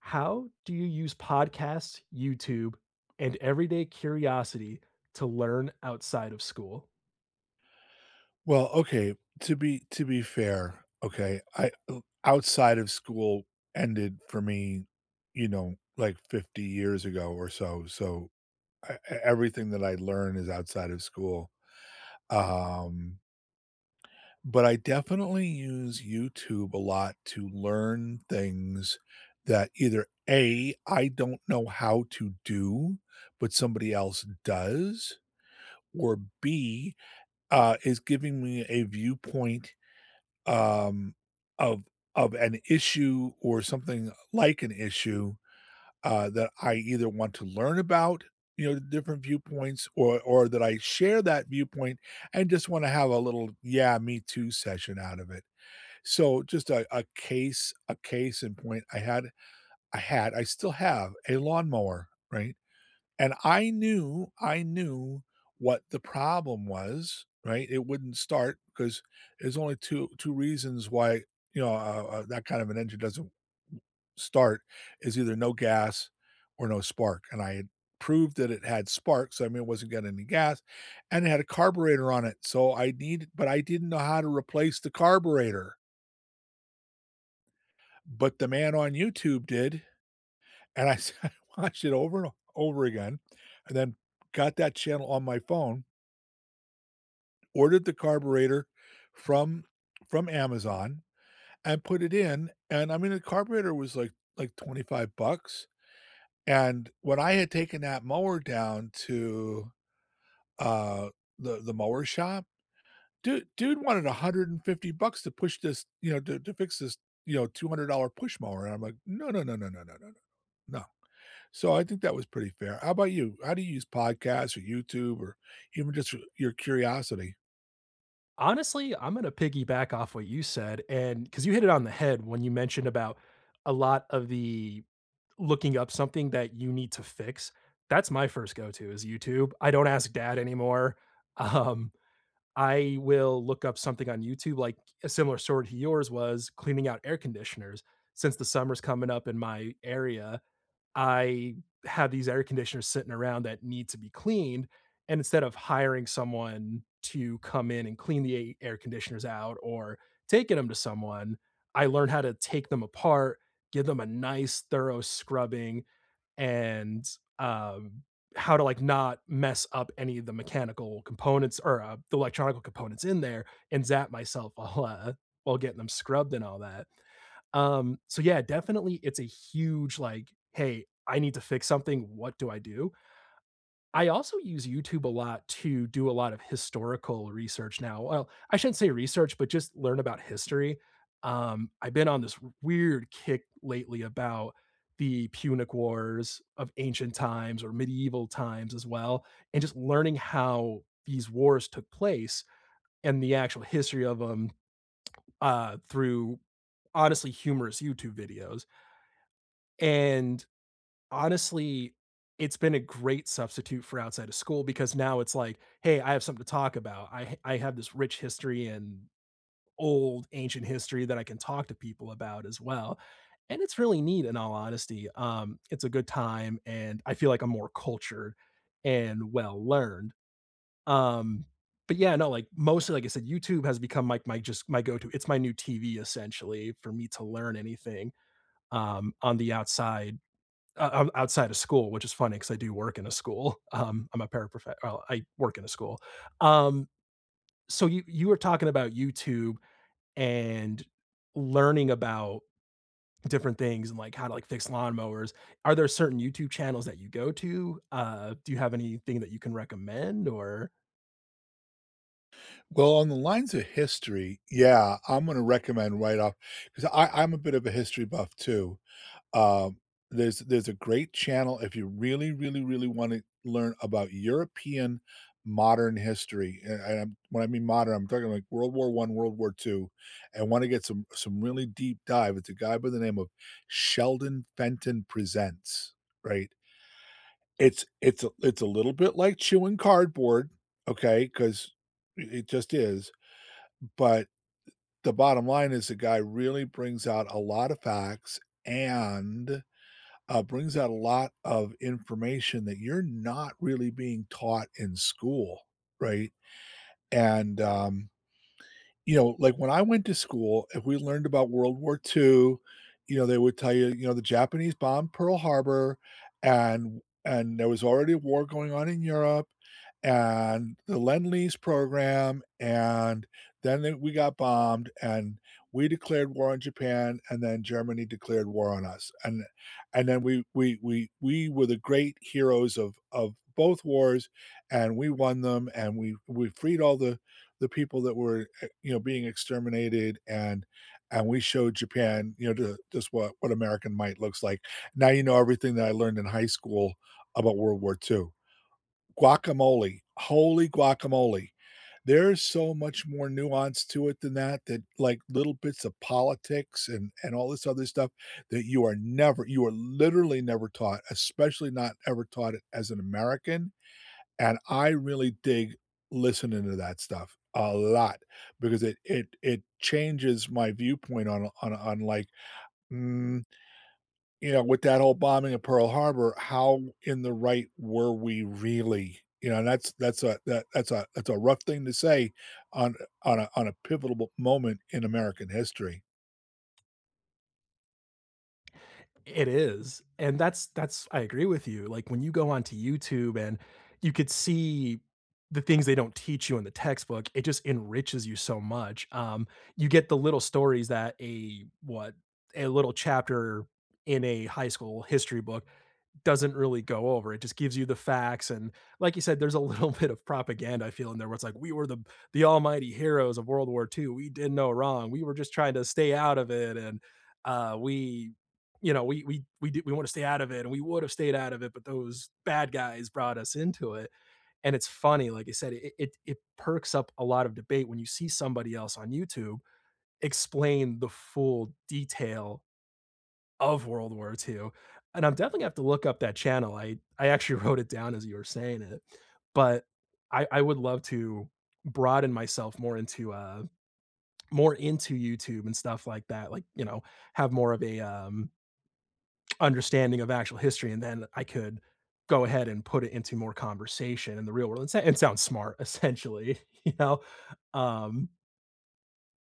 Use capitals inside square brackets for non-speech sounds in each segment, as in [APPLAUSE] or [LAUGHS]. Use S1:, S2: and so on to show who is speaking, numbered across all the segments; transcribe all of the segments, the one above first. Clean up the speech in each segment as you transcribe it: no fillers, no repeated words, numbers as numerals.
S1: How do you use podcasts, YouTube, and everyday curiosity to learn outside of school?
S2: Well, okay, to be fair, okay, I outside of school ended for me, you know, like 50 years ago or so, so I, e e everything that I learn is outside of school, um, but I definitely use YouTube a lot to learn things that either A, I don't know how to do, but somebody else does, or B, is giving me a viewpoint, um, of of an issue or something like an issue that I either want to learn about, you know, different viewpoints, or that I share that viewpoint and just want to have a little, yeah, me too session out of it. So just a, a case in point. I still have a lawnmower, right? And I knew what the problem was, right? It wouldn't start because there's only 2 2 reasons why, you know, that kind of an engine doesn't start is either no gas or no spark, and I had proved that it had spark, so I mean, it wasn't getting any gas, and it had a carburetor on it, so I needed but I didn't know how to replace the carburetor, but the man on YouTube did, and I [LAUGHS] watched it over and over again, and then got that channel on my phone, ordered the carburetor from from Amazon and put it in. And, I mean, the carburetor was, like, 25 bucks, and when I had taken that mower down to, uh, the mower shop, dude wanted 150 bucks to push this, you know, to fix this, you know, $200 push mower, and I'm like, "No, no, no, no, no, no, no, no, no." So I think that was pretty fair. How about you? How do you use podcasts or YouTube or even just your curiosity?
S1: Honestly, I'm going to piggyback off what you said. And because you hit it on the head when you mentioned about a lot of the looking up something that you need to fix. That's my first go to is YouTube. I don't ask dad anymore. [LAUGHS] Um, I will look up something on YouTube, like a similar story to yours was cleaning out air conditioners since the summer's coming up in my area. I have these air conditioners sitting around that need to be cleaned. And instead of hiring someone to come in and clean the air conditioners out or taking them to someone, I learned how to take them apart, give them a nice, thorough scrubbing, and, um, how to, like, not mess up any of the mechanical components, or, the electronic components in there, and zap myself [LAUGHS] while getting them scrubbed and all that. So yeah, definitely, it's a huge, like, hey, I need to fix something. What do? I also use YouTube a lot to do a lot of historical research now. Well, I shouldn't say research, but just learn about history. I've been on this weird kick lately about the Punic Wars of ancient times, or medieval times as well, and just learning how these wars took place and the actual history of them, through honestly humorous YouTube videos. And honestly, it's been a great substitute for outside of school, because now it's like, hey, I have something to talk about. I have this rich history and old ancient history that I can talk to people about as well. And it's really neat, in all honesty. It's a good time, and I feel like I'm more cultured and well learned. Um, but yeah, no, like, mostly, like I said, YouTube has become, like, my go-to. It's my new TV, essentially, for me to learn anything on the outside, o o outside of school, which is funny, because I do work in a school. I'm a paraprofessional. Well, I work in a school. Um, so you were talking about YouTube and learning about different things, and, like, how to, like, fix lawnmowers. Are there certain YouTube channels that you go to? Do you have anything that you can recommend, or…
S2: Well, on the lines of history, yeah, I'm gonna recommend right off because I'm a bit of a history buff too. Um, there's a great channel if you really, really, really wanna learn about European modern history, and I'm, when I mean modern, I'm talking like World War One, World War Two, and wanna get some really deep dive. It's a guy by the name of Sheldon Fenton Presents, right? It's a little bit like chewing cardboard, okay? Because it just is, but the bottom line is the guy really brings out a lot of facts and, brings out a lot of information that you're not really being taught in school, right? And, you know, like, when I went to school, if we learned about World War Two, you know, they would tell you, you know, the Japanese bombed Pearl Harbor, and there was already a war going on in Europe, and the Lend-Lease program, and then they we got bombed, and we declared war on Japan, and then Germany declared war on us, and then we were the great heroes of both wars, and we won them, and we freed all the people that were, you know, being exterminated, and we showed Japan, you know, ju just what American might looks like. Now you know everything that I learned in high school about World War II. Guacamole, holy guacamole. There's so much more nuance to it than that, that, like, little bits of politics and all this other stuff that you are literally never taught, especially not ever taught it as an American, and I really dig listening to that stuff a lot because it changes my viewpoint on, like, mm, you know, with that whole bombing of Pearl Harbor, how in the right were we really? You know, and that's a that that's a rough thing to say on on a pivotal moment in American history.
S1: It is. And that's I agree with you. Like, when you go onto YouTube and you could see the things they don't teach you in the textbook, it just enriches you so much. You get the little stories that a what a little chapter in a high school history book doesn't really go over. It just gives you the facts, and like you said, there's a little [LAUGHS] bit of propaganda I feel in there, where it's like we were the almighty heroes of World War two. We did no wrong. We were just trying to stay out of it, and we, we did, we want to stay out of it, and we would have stayed out of it, but those bad guys brought us into it. And it's funny, like I said, it perks up a lot of debate when you see somebody else on YouTube explain the full detail of World War Two, and I'm definitely gonna have to look up that channel. I actually [LAUGHS] wrote it down as you were saying it, but I would love to broaden myself more into YouTube and stuff like that, like, have more of a, understanding of actual history, and then I could go ahead and put it into more conversation in the real world. And sa it sounds smart, [LAUGHS] essentially. [LAUGHS] You know? Um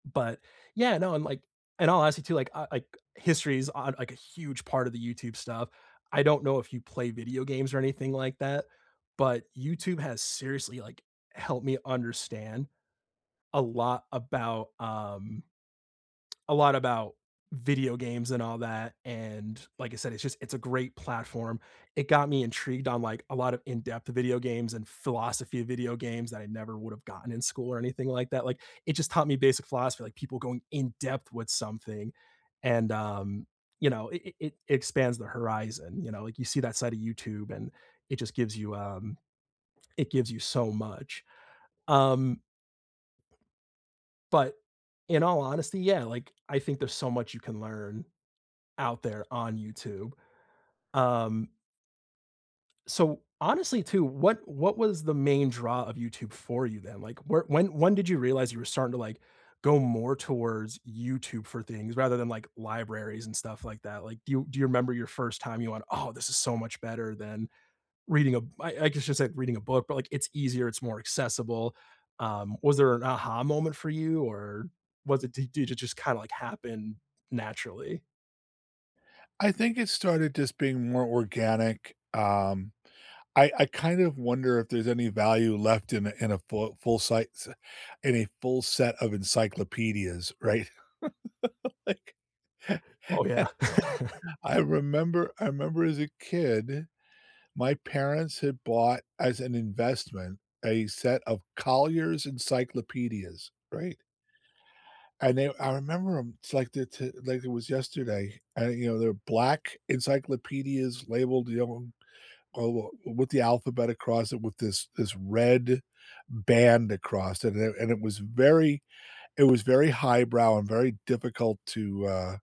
S1: but yeah, no, and, like, in all honesty too, like, I like, history's on, like, a huge part of the YouTube stuff. I don't know if you play video games or anything like that, but YouTube has seriously, like, helped me understand a lot about um a lot about video games and all that, and like I said, it's just, it's a great platform. It got me intrigued on, like, a lot of in-depth video games and philosophy of video games that I never would have gotten in school or anything like that. Like, it just taught me basic philosophy, like, people going in-depth with something, and, it expands the horizon, you know, like, you see that side of YouTube, and it just gives you, it gives you so much. Um, but in all honesty, yeah, like, I think there's so much you can learn out there on YouTube. Um, so honestly too, what was the main draw of YouTube for you then? Like, where when did you realize you were starting to, like, go more towards YouTube for things rather than, like, libraries and stuff like that? Like, do you remember your first time you went, "Oh, this is so much better than reading I guess, just like reading a book, but like it's easier, it's more accessible." Was there an aha moment for you, or was it did it just kind of, like, happen naturally?
S2: I think it started just being more organic. I kind of wonder if there's any value left in a full full site in a full set of encyclopedias, right? [LAUGHS] Like,
S1: Oh yeah.
S2: I remember as a kid, my parents had bought as an investment a set of Collier's encyclopedias, right? And they I remember them. It's like the, t like it was yesterday, and, you know, they're black encyclopedias labeled, you know, oh, well, with the alphabet across it with this this red band across it, and it and it was very, it was very highbrow and very difficult to, uh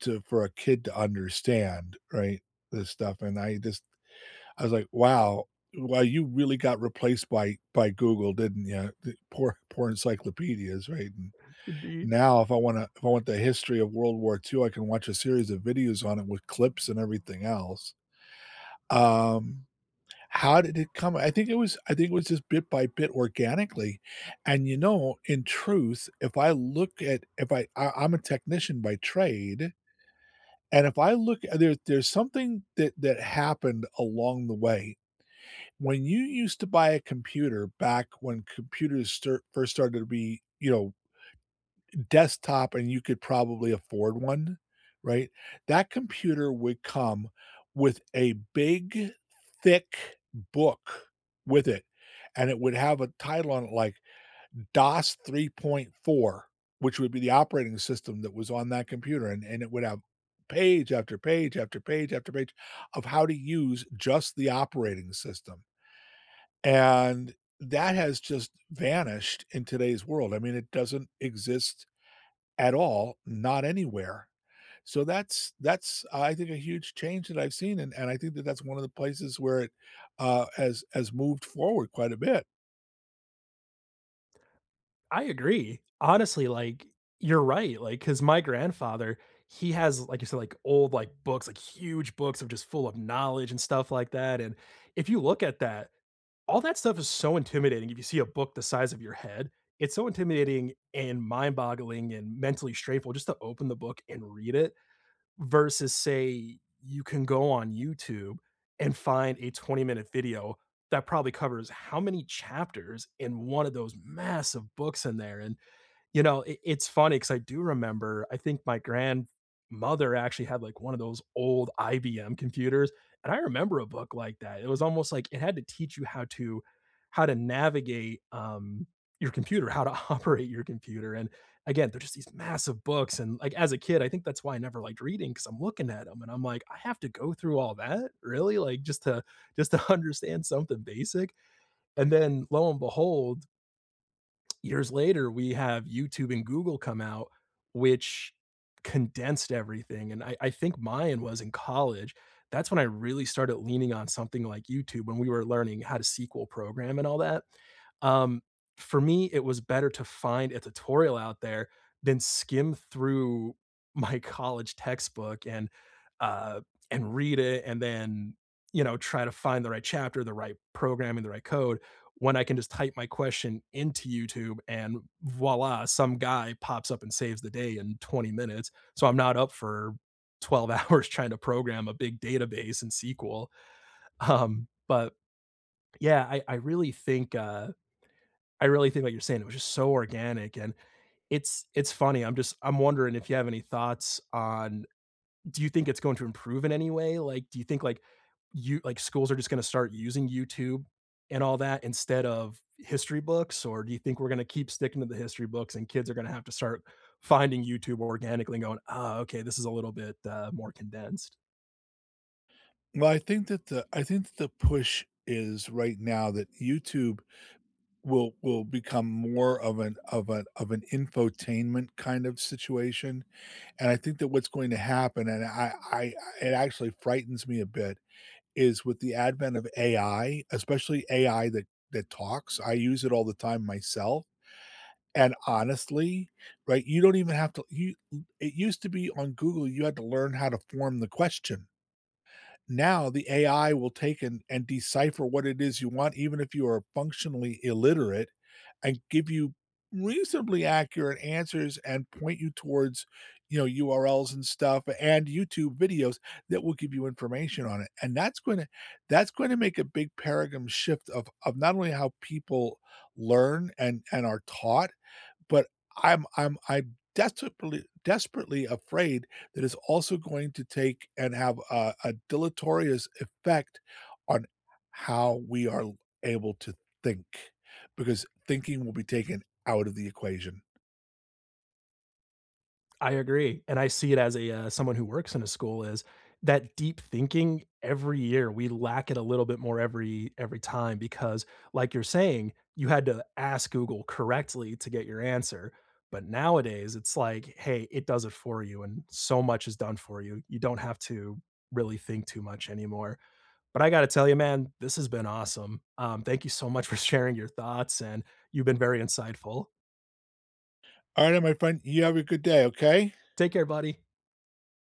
S2: to for a kid to understand, right, this stuff. And I just, I was like, wow, well, you really got replaced by Google, didn't you? The poor poor encyclopedias, right? And
S1: [LAUGHS] Indeed.
S2: now if I want to if I want the history of world war Two, I can watch a series of videos on it with clips and everything else. um how did it come? I think it was just bit by bit organically, and, you know, in truth, if I look at, if I I I'm a technician by trade, and if I look, there's something that that happened along the way. When you used to buy a computer, back when computers start first started to be, you know, desktop and you could probably afford one, right? That computer would come with a big, thick book with it, and it would have a title on it like DOS 3.4, which would be the operating system that was on that computer, and it would have page after page after page after page of how to use just the operating system. And that has just vanished in today's world. I mean, it doesn't exist at all, not anywhere. So I think, a huge change that I've seen, and I think that that's one of the places where it, has moved forward quite a bit.
S1: I agree. Honestly, like, you're right. Like, cause my grandfather, he has, like you said, like, old, like, books, like, huge books of just full of knowledge and stuff like that, and if you look at that, all that stuff is so intimidating if you see a book the size of your head. It's so intimidating and mind-boggling and mentally straightful, just to open the book and read it, versus, say, you can go on YouTube and find a 20-minute video that probably covers how many chapters in one of those massive books in there, and, you know, it's funny because I do remember, I think my grandmother actually had, like, one of those old IBM computers, and I remember a book like that. It was almost like it had to teach you how to navigate, your computer, how to [LAUGHS] operate your computer, and, again, they're just these massive books, and, like, as a kid, I think that's why I never liked reading, because 'cause I'm looking at them and I'm like, "I have to go through all that? Really? Like, just to [LAUGHS] understand something basic?" And then, lo and behold, years later, we have YouTube and Google come out, which condensed everything. And I think mine was in college. That's when I really started leaning on something like YouTube, when we were learning how to SQL program and all that. Um, for me, it was better to find a tutorial out there than skim through [LAUGHS] my college textbook and uh, read it, and then try to find the right chapter, the right programming, the right code, when I can just type my question into YouTube, and voila, some guy pops up and saves the day in 20 minutes. So I'm not up for 12 [LAUGHS] hours trying to program a big database in SQL. But yeah, I really think like you're saying, it was just so organic, and it's funny. I'm wondering if you have any thoughts on, do you think it's going to improve in any way? Like, do you think, like, schools are just going to start using YouTube and all that instead of history books, or do you think we're going to keep sticking to the history books and kids are going to have to start finding YouTube organically and going, ah, okay, this is a little bit, more condensed?
S2: Well, I think that the push is right now that YouTube will become more of an, of an infotainment kind of situation, and I think that what's going to happen, and I it actually frightens me a bit, is with the advent of AI, especially AI that that talks. I use it all the time myself, and honestly, right, you don't even have to you it used to be on Google, you had to learn how to form the question. Now the AI will take and decipher what it is you want, even if you are functionally illiterate, and give you reasonably accurate answers and point you towards, you know, URLs and stuff and YouTube videos that will give you information on it. And that's going to make a big paradigm shift of not only how people learn and are taught, but I'm desperately desperately afraid that it's also going to take and have a deleterious effect on how we are able to think, because thinking will be taken out of the equation.
S1: I agree, and I see it as someone who works in a school, is that deep thinking, every year we lack it a little bit more every time, because, like you're saying, you had to ask Google correctly to get your answer, but nowadays, it's like, "Hey, it does it for you," and so much is done for you. You don't have to really think too much anymore, but I gotta tell you, man, this has been awesome. Thank you so much for sharing your thoughts, and you've been very insightful.
S2: Alright, my friend, you have a good day, okay?
S1: Take care, buddy.